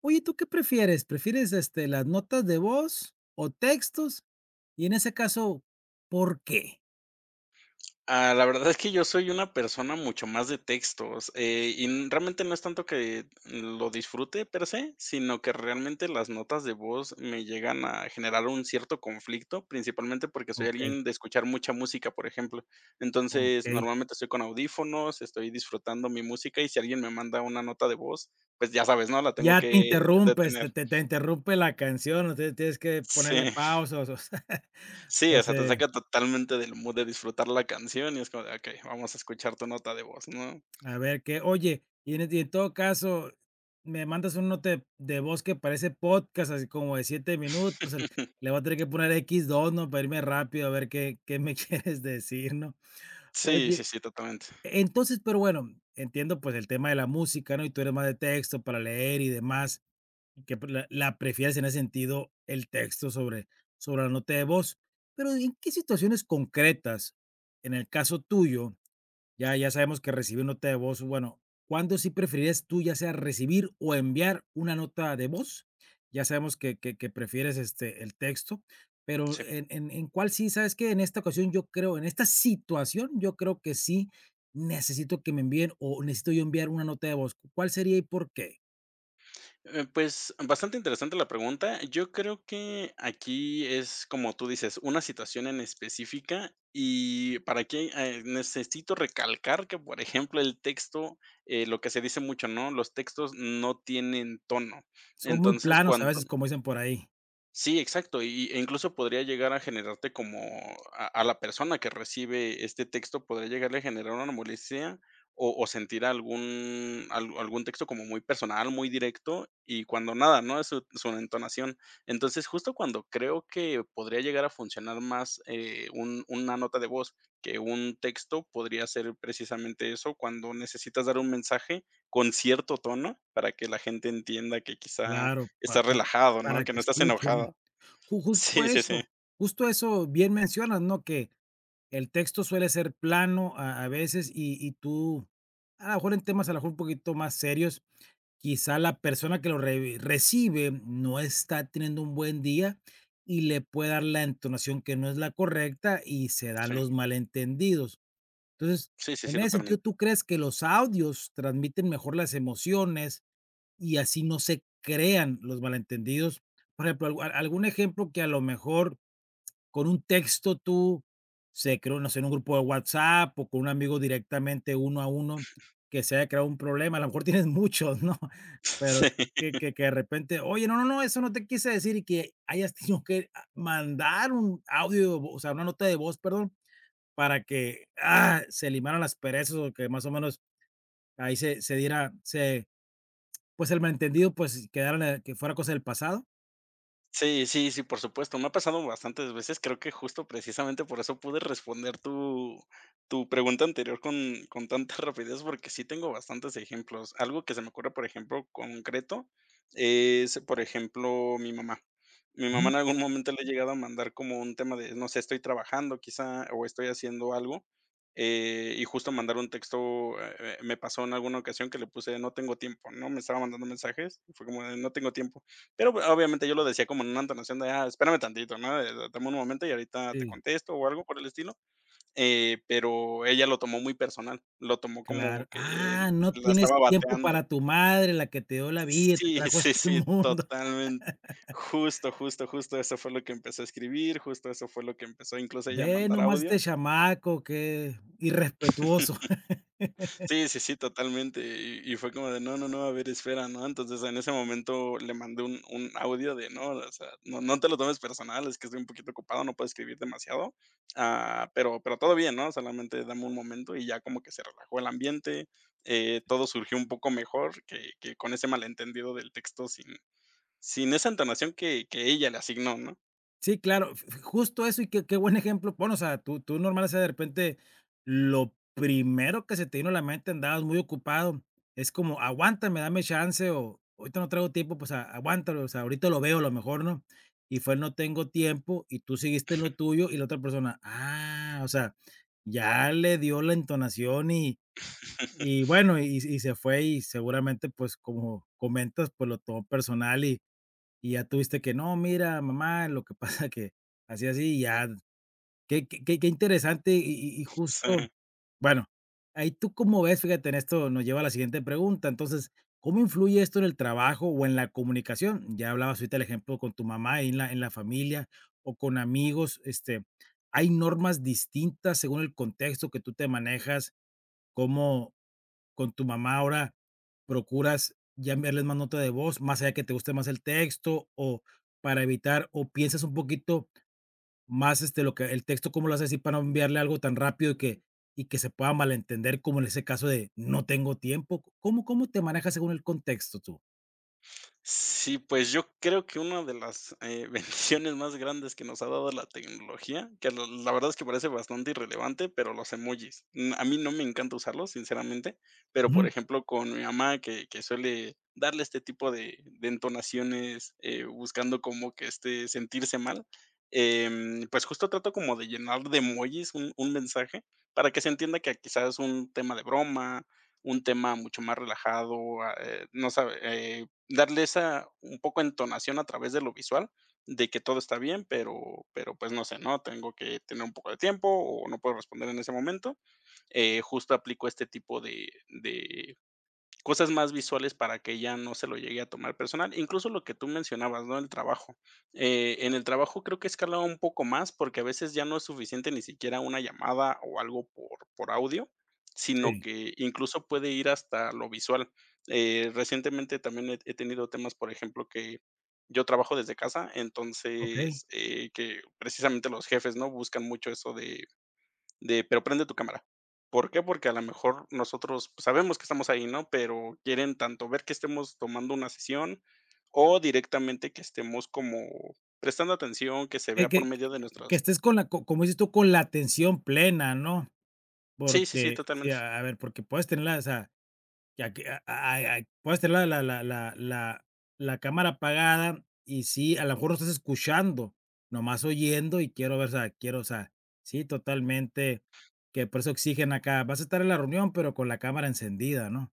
Oye, ¿tú qué prefieres? ¿Prefieres, este, las notas de voz o textos? Y en ese caso, ¿por qué? Ah, la verdad es que yo soy una persona mucho más de textos, y n realmente no es tanto que lo disfrute per se, sino que realmente las notas de voz me llegan a generar un cierto conflicto, principalmente porque soy Okey, alguien de escuchar mucha música, por ejemplo. Entonces, okey. normalmente estoy con audífonos, estoy disfrutando mi música, y si alguien me manda una nota de voz, pues ya sabes, ¿no? La tengo Ya te que interrumpes, detener. te interrumpe la canción, entonces tienes que ponerle Sí, pausas, o sea, sí, o o sea, te sea, saca totalmente del mood de disfrutar la canción, y es como de: "Okey, vamos a escuchar tu nota de voz", ¿no? a ver qué. Oye, y y en todo caso, me mandas un note de voz que parece podcast, así como de 7 minutos, el le voy a tener que poner x2, ¿no? Para irme rápido a ver qué me quieres decir, ¿no? Sí, sí, Oye. sí, totalmente. Entonces, pero bueno, entiendo, pues, el tema de la música, ¿no? Y tú eres más de texto para leer y demás, y que pre la la prefieres en ese sentido, el texto sobre la nota de voz. Pero, ¿en qué situaciones concretas, en el caso tuyo, ya sabemos que recibir nota de voz, bueno, cuándo sí preferirías tú, ya sea recibir o enviar una nota de voz? Ya sabemos que prefieres, este, el texto, pero Sí. en cuál sí, ¿sabes que en esta ocasión yo creo, en esta situación, yo creo que sí necesito que me envíen o necesito yo enviar una nota de voz, cuál sería y por qué? Pues, bastante interesante la pregunta. Yo creo que aquí es, como tú dices, una situación en específica y para qué, necesito recalcar que, por ejemplo, el texto, lo que se dice mucho, ¿no? Los textos no tienen tono. Son muy Entonces, planos a cuando veces, como dicen por ahí. Sí, exacto, y incluso podría llegar a generarte como a la persona que recibe este texto, podría llegarle a generar una molestia o sentir algún texto como muy personal, muy directo, y cuando nada, ¿no? Es su entonación. Entonces, justo cuando creo que podría llegar a funcionar más, un una nota de voz que un texto, podría ser precisamente eso, cuando necesitas dar un mensaje con cierto tono para que la gente entienda que quizá Claro, pa estás pa relajado, ¿no? para Que que no estás escuchen. enojado. Ju Sí, sí, sí. Justo eso bien mencionas, ¿no? Que el texto suele ser plano a veces y tú, a lo mejor en temas a lo mejor un poquito más serios, quizá la persona que lo re recibe no está teniendo un buen día y le puede dar la entonación que no es la correcta y se dan Sí. los malentendidos. Entonces, Sí, sí, en sí, ese sentido, totalmente. ¿tú crees que los audios transmiten mejor las emociones y así no se crean los malentendidos? Por ejemplo, algu algún ejemplo que a lo mejor con un texto tú, se creó, no sé, en un grupo de WhatsApp o con un amigo directamente uno a uno que se haya creado un problema. A lo mejor tienes muchos, ¿no? Pero que Sí. que que que de repente: "Oye, no, no, no, eso no te quise decir", y que hayas tenido que a mandar un audio, o o sea, una nota de voz, perdón, para que, ah, se limaran las perezas o que más o menos ahí se diera se pues, el malentendido, pues, quedara en el que fuera cosa del pasado. Sí, sí, sí, por supuesto. Me ha pasado bastantes veces. Creo que justo precisamente por eso pude responder tu pregunta anterior con tanta rapidez, porque sí tengo bastantes ejemplos. Algo que se me ocurre, por ejemplo, concreto, es, por ejemplo, mi mamá. Mi Ujú, mamá en algún momento le he llegado a mandar como un tema de, no sé, estoy trabajando quizá o estoy haciendo algo. Y justo mandar un texto, me pasó en alguna ocasión que le puse, no tengo tiempo, ¿no? Me estaba mandando mensajes y fue como, de, no tengo tiempo, pero pues, obviamente yo lo decía como en una entonación de: "Ah, espérame tantito, ¿no? Dame un momento y ahorita te sí. contesto", o algo por el estilo, pero ella lo tomó muy personal, lo tomó Claro. como que Ah, no la tienes estaba tiempo bateando. para tu madre, la que te dio la vida, te Sí, trajo a sí, este sí, mundo. totalmente. Justo, justo, justo eso fue lo que empezó a escribir, justo eso fue lo que empezó incluso ella a Ve mandar nomás este audio. chamaco, qué irrespetuoso. Sí, sí, sí, totalmente. Y fue como de: "No, no, no, a ver, espera", ¿no? Entonces, en ese momento le mandé un audio de: "No, o sea, no te lo tomes personal, es que estoy un poquito ocupado, no puedo escribir demasiado, pero todo bien, ¿no? Solamente dame un momento", y ya como que se relajó el ambiente, todo surgió un poco mejor que con ese malentendido del texto sin esa entonación que ella le asignó, ¿no? Sí, claro, f f justo eso, y qué buen ejemplo. Bueno, o sea, tú normal, o sea, de repente, lo primero que se te vino a la mente, andabas muy ocupado, es como: "Aguántame, dame chance", o: "Ahorita no traigo tiempo, pues, a aguántalo, o sea, ahorita lo veo a lo mejor", ¿no? Y fue "No tengo tiempo", y tú seguiste en lo tuyo, y la otra persona, ah, o sea. Ya le dio la entonación y bueno, y se fue, y seguramente, pues, como comentas, pues, lo tomó personal y ya tuviste que: "No, mira, mamá, lo que pasa que así, así", y ya. Qué interesante y justo Sí. bueno, ahí tú cómo ves, fíjate, en esto nos lleva a la siguiente pregunta. Entonces, ¿cómo influye esto en el trabajo o en la comunicación? Ya hablabas ahorita el ejemplo con tu mamá en la familia o con amigos. Este, ¿hay normas distintas según el contexto que tú te manejas? ¿Cómo con tu mamá ahora procuras ya enviarles más nota de voz, más allá que te guste más el texto o para evitar o piensas un poquito? Más, este, lo que el texto, cómo lo haces así para no enviarle algo tan rápido y que se pueda malentender, como en ese caso de: "No tengo tiempo". ¿Cómo cómo te manejas según el contexto tú? Sí, pues yo creo que una de las, bendiciones más grandes que nos ha dado la tecnología, que la verdad es que parece bastante irrelevante, pero los emojis. A mí no me encanta usarlos, sinceramente, pero, Ujú, por ejemplo, con mi mamá, que suele darle este tipo de entonaciones, buscando como que, este, sentirse mal, pues justo trato como de llenar de emojis un mensaje para que se entienda que quizás es un tema de broma, un tema mucho más relajado, no sabe, darle esa un poco entonación a través de lo visual, de que todo está bien, pero pues, no sé, ¿no? Tengo que tener un poco de tiempo o no puedo responder en ese momento. Justo aplico este tipo de cosas más visuales para que ya no se lo llegue a tomar personal. Incluso lo que tú mencionabas, ¿no? El trabajo. En el trabajo creo que he escalado un poco más porque a veces ya no es suficiente ni siquiera una llamada o algo por audio, sino sí, que incluso puede ir hasta lo visual. Recientemente también he tenido temas, por ejemplo, que yo trabajo desde casa, okey. entonces, que precisamente los jefes, ¿no? Buscan mucho eso de, pero prende tu cámara. ¿Por qué? Porque a lo mejor nosotros, pues, sabemos que estamos ahí, ¿no? Pero quieren tanto ver que estemos tomando una sesión o directamente que estemos como prestando atención, que se Que vea que por medio de que que nuestras estés con la co como dices tú, con la atención plena, ¿no? Sí, sí, sí, Porque sí, totalmente. a ver, porque puedes tenerla. Ya que a puedes tener la cámara apagada y sí, a lo mejor no estás escuchando, nomás oyendo y quiero ver, o sea, quiero, o sea, sí, totalmente, que por eso exigen acá, vas a estar en la reunión, pero con la cámara encendida, ¿no?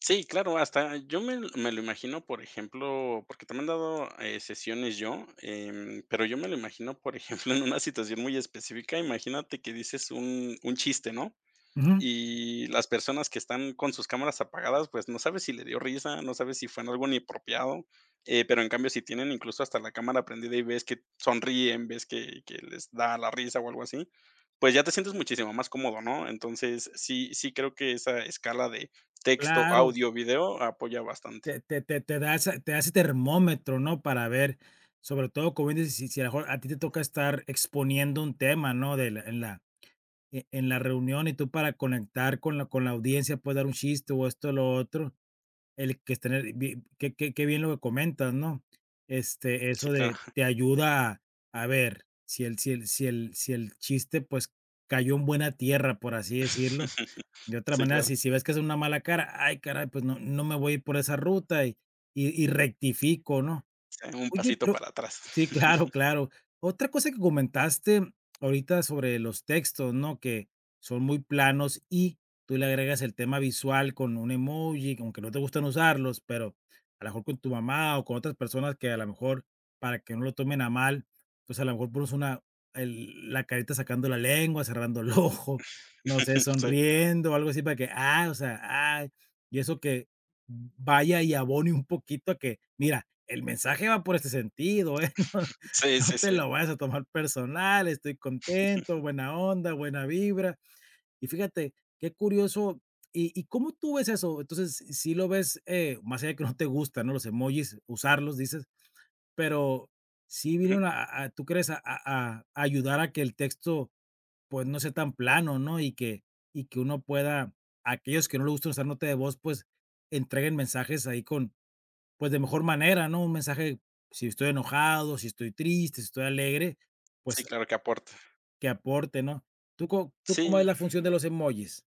Sí, claro, hasta yo me lo imagino, por ejemplo, porque también he dado, sesiones yo, pero yo me lo imagino, por ejemplo, en una situación muy específica. Imagínate que dices un chiste, ¿no? Ujú, Y las personas que están con sus cámaras apagadas, pues, no sabes si le dio risa, no sabes si fue en algo inapropiado, pero en cambio, si tienen incluso hasta la cámara prendida y ves que sonríen, ves que les da la risa o algo así, pues, ya te sientes muchísimo más cómodo, ¿no? Entonces, sí sí creo que esa escala de texto, claro, audio, video apoya bastante. te da ese termómetro, ¿no? Para ver, sobre todo, como dices, si a lo mejor a ti te toca estar exponiendo un tema, ¿no? De la en la e en la reunión y tú para conectar con la audiencia, puedes dar un chiste o esto o lo otro. El que es tener bien qué bien lo que comentas, ¿no? Este, Sí, eso claro. de te ayuda a ver si el chiste, pues, cayó en buena tierra, por así decirlo. De otra Sí, manera, claro. si ves que es una mala cara, ay, caray, pues no me voy a ir por esa ruta y y rectifico, ¿no? Sí, un Oye, pasito pero para atrás. sí, claro, claro. Otra cosa que comentaste ahorita sobre los textos, ¿no? Que son muy planos y tú le agregas el tema visual con un emoji, aunque no te gustan usarlos, pero a lo mejor con tu mamá o con otras personas que a lo mejor, para que no lo tomen a mal, pues a lo mejor pones una, la carita sacando la lengua, cerrando el ojo, no sé, Sí. sonriendo o algo así para que, ah, o sea, ah, y eso que vaya y abone un poquito a que, mira, el mensaje va por este sentido, ¿eh? No, Sí, no sí, te lo sí. vayas a tomar personal, estoy contento, buena onda, buena vibra. Y fíjate, qué curioso. ¿Y cómo tú ves eso? Entonces, si lo ves, más allá de que no te gustan, ¿no? Los emojis, usarlos, dices, pero sí Ujú. vinieron ¿tú crees? A ayudar a que el texto, pues, no sea tan plano, ¿no? Y que uno pueda, aquellos que no le gustan usar nota de voz, pues, entreguen mensajes ahí pues, de mejor manera, ¿no? Un mensaje, si estoy enojado, si estoy triste, si estoy alegre, Sí, pues, claro que aporta. que aporte, ¿no? ¿Tú Sí. cómo es la función de los emojis?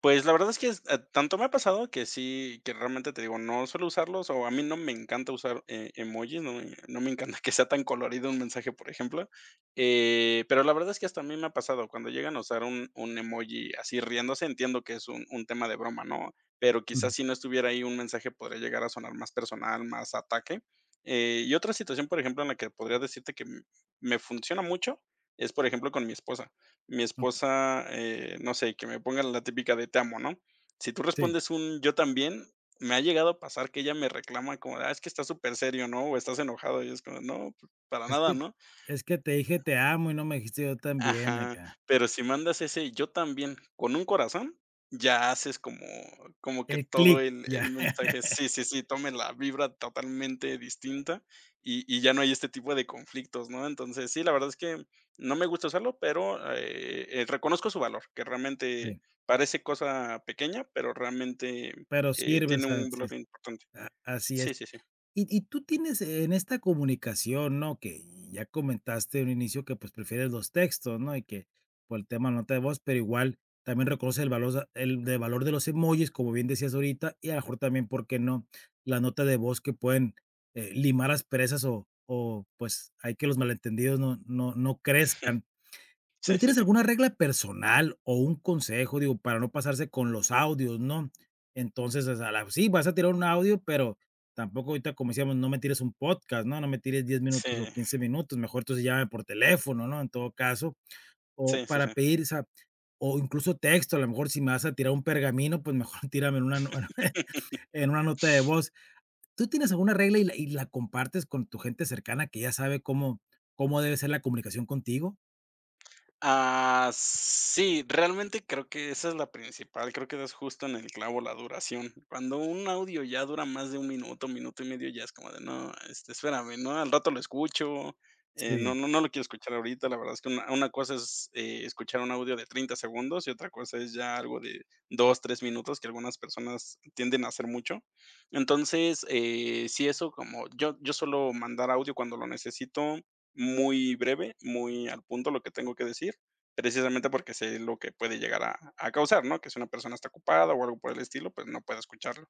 Pues, la verdad es que es, tanto me ha pasado que sí, que realmente te digo, no suelo usarlos, o a mí no me encanta usar emojis, no me encanta que sea tan colorido un mensaje, por ejemplo, pero la verdad es que hasta a mí me ha pasado, cuando llegan a usar un emoji así riéndose, entiendo que es un tema de broma, ¿no? Pero Ujú, quizás si no estuviera ahí un mensaje podría llegar a sonar más personal, más ataque, y otra situación, por ejemplo, en la que podría decirte que m me funciona mucho es, por ejemplo, con mi esposa mi okey. esposa, no sé, que me ponga la típica de te amo, ¿no? Si tú Sí, respondes un yo también, me ha llegado a pasar que ella me reclama como, de, es que estás súper serio, ¿no? O estás enojado. Y es como, no, pues, para es nada, que ¿no? es que te dije te amo y no me dijiste yo también Ajá, acá. pero si mandas ese "yo también" con un corazón, ya haces como que El todo clic, el ya, mensaje sí, sí, sí, tome la vibra totalmente distinta, y ya no hay este tipo de conflictos, ¿no? Entonces, sí, la verdad es que no me gusta usarlo, pero, reconozco su valor, que realmente sí, parece cosa pequeña, pero realmente, pero sirve, o tiene sea, un sí, valor importante. a así es. Sí, sí, sí. Y tú tienes en esta comunicación, ¿no? Que ya comentaste en un inicio que, pues, prefieres los textos, ¿no? Y que por el tema nota de voz, pero igual también reconoce el valor el de valor de los emojis, como bien decías ahorita, y a lo mejor también, ¿por qué no? La nota de voz que pueden, limar asperezas o pues, hay que los malentendidos no crezcan. Pero, Sí, sí, ¿tienes sí. alguna regla personal o un consejo? Digo, para no pasarse con los audios, ¿no? Entonces, o sea, la sí, vas a tirar un audio, pero tampoco ahorita, como decíamos, no me tires un podcast, ¿no? No me tires diez Sí, minutos o 15 minutos, mejor entonces llámame por teléfono, ¿no? En todo caso, o sí, sí, para sí. pedir, o sea, o incluso texto, a lo mejor si me vas a tirar un pergamino, pues mejor tírame en una no en una nota de voz. ¿Tú tienes alguna regla y la compartes con tu gente cercana que ya sabe cómo debe ser la comunicación contigo? Ah, sí, realmente creo que esa es la principal, creo que das justo en el clavo la duración. Cuando un audio ya dura más de un minuto, minuto y medio, ya es como de: "No, este, espérame, ¿no? Al rato lo escucho, no Sí, no no lo quiero escuchar ahorita". La verdad es que una cosa es, escuchar un audio de 30 segundos y otra cosa es ya algo de 2, 3 minutos, que algunas personas tienden a hacer mucho. Entonces, sí, eso como yo suelo mandar audio cuando lo necesito muy breve, muy al punto lo que tengo que decir, precisamente porque sé lo que puede llegar a causar, ¿no? Que si una persona está ocupada o algo por el estilo, pues no puede escucharlo.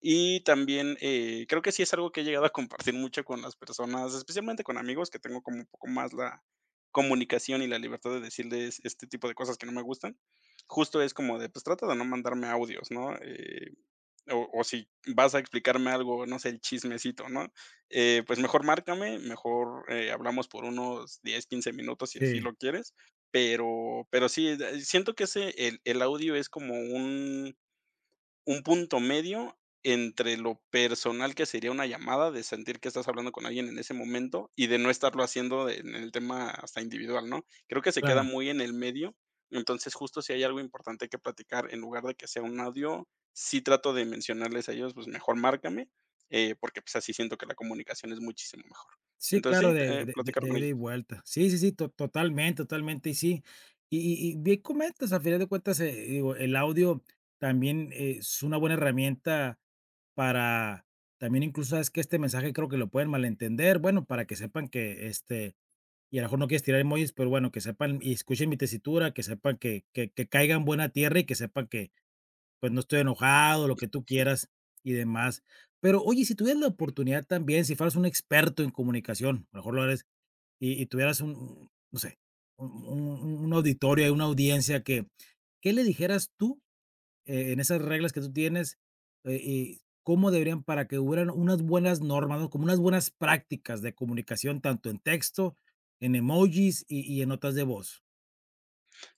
Y también, creo que sí es algo que he llegado a compartir mucho con las personas, especialmente con amigos, que tengo como un poco más la comunicación y la libertad de decirles este tipo de cosas que no me gustan. Justo es como de, pues trata de no mandarme audios, ¿no? O si vas a explicarme algo, no sé, el chismecito, ¿no? Pues mejor márcame, mejor, hablamos por unos 10, 15 minutos si así sí, lo quieres, pero sí, siento que ese el audio es como un punto medio entre lo personal que sería una llamada, de sentir que estás hablando con alguien en ese momento y de no estarlo haciendo en el tema hasta individual, ¿no? Creo que se queda claro. muy en el medio. Entonces, justo si hay algo importante que platicar, en lugar de que sea un audio, sí trato de mencionarles a ellos, pues mejor márcame, porque pues así siento que la comunicación es muchísimo mejor. Sí, Entonces claro, sí, de de de platicar de con ida y ellos. vuelta. Sí, sí, sí, to totalmente, totalmente, y sí. Y bien comentas, al final de cuentas, digo, el audio también es una buena herramienta para también incluso, ¿sabes que este mensaje creo que lo pueden malentender, bueno, para que sepan que, este, y a lo mejor no quieres tirar emojis, pero bueno, que sepan y escuchen mi tesitura, que sepan que caigan buena tierra y que sepan que, pues, no estoy enojado, lo que tú quieras y demás. Pero, oye, si tuvieras la oportunidad también, si fueras un experto en comunicación, a lo mejor lo eres y tuvieras un, no sé, un un auditorio, una audiencia que, ¿qué le dijeras tú, en esas reglas que tú tienes, y cómo deberían para que hubieran unas buenas normas, no? Como unas buenas prácticas de comunicación, tanto en texto, en emojis y en notas de voz.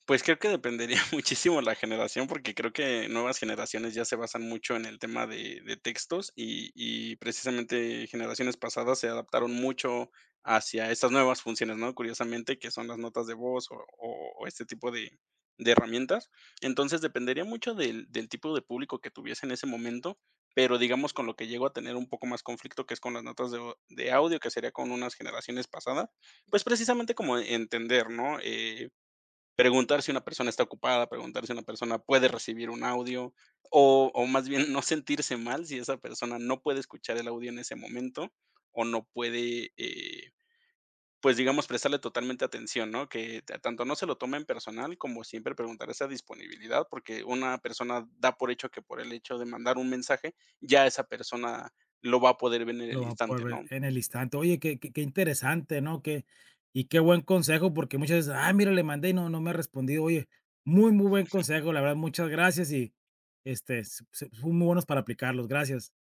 Pues creo que dependería muchísimo la generación, porque creo que nuevas generaciones ya se basan mucho en el tema de textos, y precisamente generaciones pasadas se adaptaron mucho hacia estas nuevas funciones, ¿no? Curiosamente, que son las notas de voz o este tipo de herramientas. Entonces, dependería mucho del tipo de público que tuviese en ese momento, pero digamos con lo que llego a tener un poco más conflicto, que es con las notas de audio, que sería con unas generaciones pasadas, pues precisamente como entender, ¿no? Preguntar si una persona está ocupada, preguntar si una persona puede recibir un audio o más bien no sentirse mal si esa persona no puede escuchar el audio en ese momento o no puede, pues digamos, prestarle totalmente atención, ¿no? Que tanto no se lo tome en personal como siempre preguntar esa disponibilidad porque una persona da por hecho que por el hecho de mandar un mensaje ya esa persona lo va a poder ver en Lo el va a poder instante, ver ¿no? en el instante. Oye, qué interesante, ¿no? Qué y qué buen consejo, porque muchas veces: "Ah, mira, le mandé y no me ha respondido". Oye, muy, muy buen consejo, la verdad, muchas gracias y, este, s s son muy buenos para aplicarlos. Gracias.